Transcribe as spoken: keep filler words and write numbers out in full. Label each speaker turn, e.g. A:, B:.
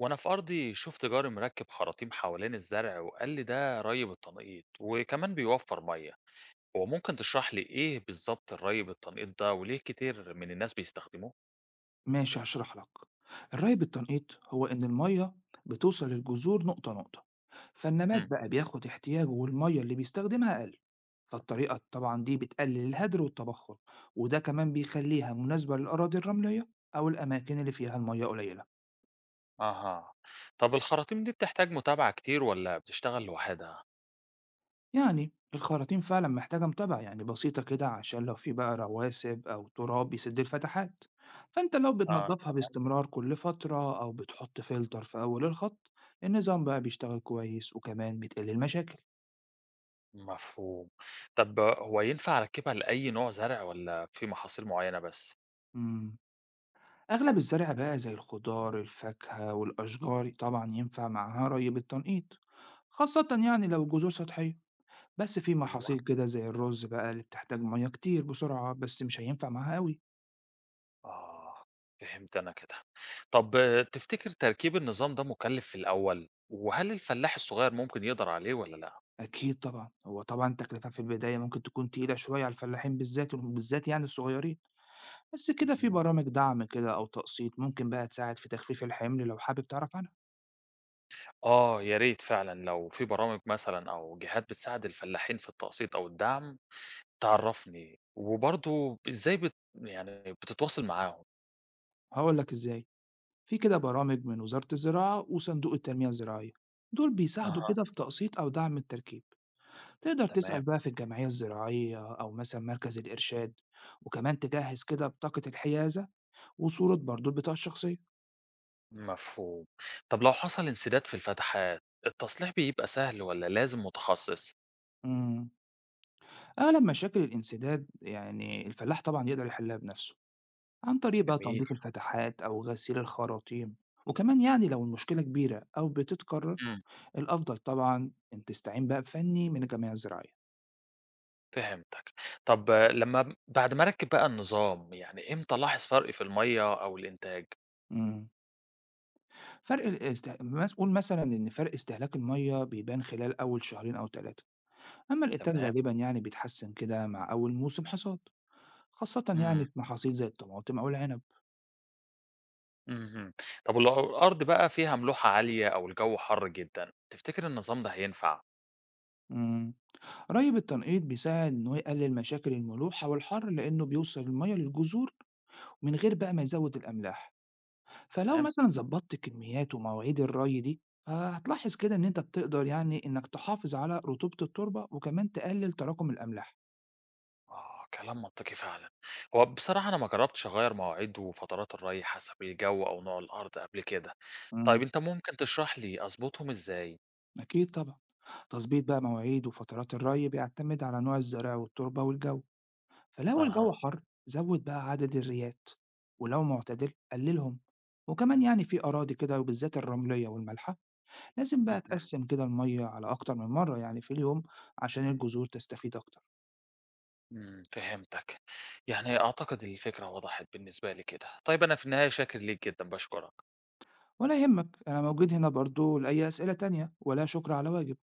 A: وأنا في أرضي شفت جاري مركب خراطيم حوالين الزرع وقال لي ده ري بالتنقيط وكمان بيوفر مية. هو ممكن تشرح لي إيه بالظبط الري بالتنقيط ده وليه كتير من الناس بيستخدموه؟
B: ماشي، هاشرح لك. الري بالتنقيط هو إن المية بتوصل للجذور نقطة نقطة. فالنبات
A: امم.
B: بقى بياخد احتياجه والمية اللي بيستخدمها أقل. فالطريقة طبعا دي بتقلل الهدر والتبخر، وده كمان بيخليها مناسبة للأراضي الرملية أو الأماكن اللي فيها المية قليلة.
A: أها. طب الخراطيم دي بتحتاج متابعة كتير ولا بتشتغل لوحدها؟
B: يعني الخراطيم فعلا محتاجة متابعة، يعني بسيطة كده، عشان لو في بقى رواسب أو تراب بيسد الفتحات. فأنت لو
A: آه،
B: بتنضفها
A: تمام.
B: باستمرار كل فترة أو بتحط فلتر في أول الخط، النظام بقى بيشتغل كويس وكمان بتقل المشاكل.
A: مفهوم. طب هو ينفع أركبها لأي نوع زرع ولا في محاصيل معينة بس؟
B: مم. أغلب الزرع بقى زي الخضار الفاكهة والأشجار طبعا ينفع معاها ري بالتنقيط، خاصة يعني لو الجذور سطحية. بس في
A: أيوه.
B: محاصيل كده زي الرز بقى اللي بتحتاج مية كتير بسرعة، بس مش هينفع معاها أوي.
A: آه، فهمت أنا كده. طب آه، تفتكر تركيب النظام ده مُكلّف في الأول، وهل الفلاح الصغير ممكن يقدر عليه والّا لأ؟
B: أكيد طبعًا، هو طبعًا التكلفة في البداية ممكن تكون تقيلة شوية على الفلاحين بالذات وبالذات يعني الصغيرين، بس كده في
A: اهم.
B: برامج دعم كده أو تقسيط ممكن بقى تساعد في تخفيف الحمل لو حابب تعرف عنها.
A: آه، يا ريت فعلًا لو في برامج مثلًا أو جهات بتساعد الفلاحين في التقسيط أو الدعم تعرّفني، وبرضه إزاي بت يعني بتتواصل معاهم؟
B: هاقول لك إزاي. في كده برامج من وزارة الزراعة وصندوق التنمية الزراعية، دول بيساعدوا
A: أها،
B: كده في تقسيط أو دعم التركيب. تقدر
A: تمام،
B: تسأل بقى في الجمعية الزراعية أو مثلًا مركز الإرشاد، وكمان تجهّز كده بطاقة الحيازة وصورة برضه البطاقة الشخصية.
A: مفهوم. طب لو حصل انسداد في الفتحات، التصليح بيبقى سهل والّا لازم متخصص؟
B: إمم. أغلب مشاكل الانسداد يعني الفلاح طبعا يقدر يحلها بنفسه عن طريق بقى
A: جميل.
B: تنظيف الفتحات أو غسيل الخراطيم. وكمان يعني لو المشكلة كبيرة أو بتتكرر،
A: إمم.
B: الأفضل طبعا إن تستعين بقى بفني من الجمعية الزراعية.
A: فهمتك. طب لمّا بعد ما أركّب بقى النظام، يعني إمتى ألاحظ فرق في المَيّة أو الإنتاج؟
B: مم. فرق الاست... مس- قول مثلا إن فرق استهلاك المية بيبان خلال أول شهرين أو ثلاثة، أما الإنتاج
A: تمام.
B: غالبا يعني بيتحسن كده مع أول موسم حصاد، خاصة يعني
A: إمم.
B: في محاصيل زي الطماطم أو العنب.
A: اهم. طب ولو الأرض بقى فيها ملوحة عالية أو الجو حَر جدًا، تفتكر النظام ده هينفع؟
B: مم. ري التنقيط بيساعد إن هو يقلل مشاكل الملوحة والحر لأنه بيوصل المية للجذور من غير بقى ما يزود الأملاح. فلو
A: تمام.
B: مثلا ظبطت كميات ومواعيد الري دي، آه، هتلاحظ كده إن أنت بتقدر يعني إنك تحافظ على رطوبة التربة وكمان تقلل تراكم الأملاح.
A: آه، كلام منطقي فعلًا. هو بصراحة أنا ما جرّبتش أغيّر مواعيد وفترات الري حسب الجو أو نوع الأرض قبل كده. طيب
B: امم
A: أنت ممكن تشرح لي أضبطهم إزاي؟
B: أكيد طبعا. تظبيط بقى مواعيد وفترات الري بيعتمد على نوع الزراعة والتربة والجو. فلو الجو
A: أها.
B: حر، زود بقى عدد الريات، ولو معتدل قللهم. وكمان يعني في أراضي كده وبالذات الرملية والملحة، لازم بقى
A: اهم.
B: تقسم كده المية على أكتر من مرة يعني في اليوم، عشان الجذور تستفيد أكتر.
A: إمم، فهمتك، يعني أعتقد الفكرة وضحت بالنسبة لي كده، طيب أنا في النهاية شاكر ليك جدًا، باشكرك.
B: ولا يهمك، أنا موجود هنا برضو لأي أسئلة تانية، ولا شكر على واجب.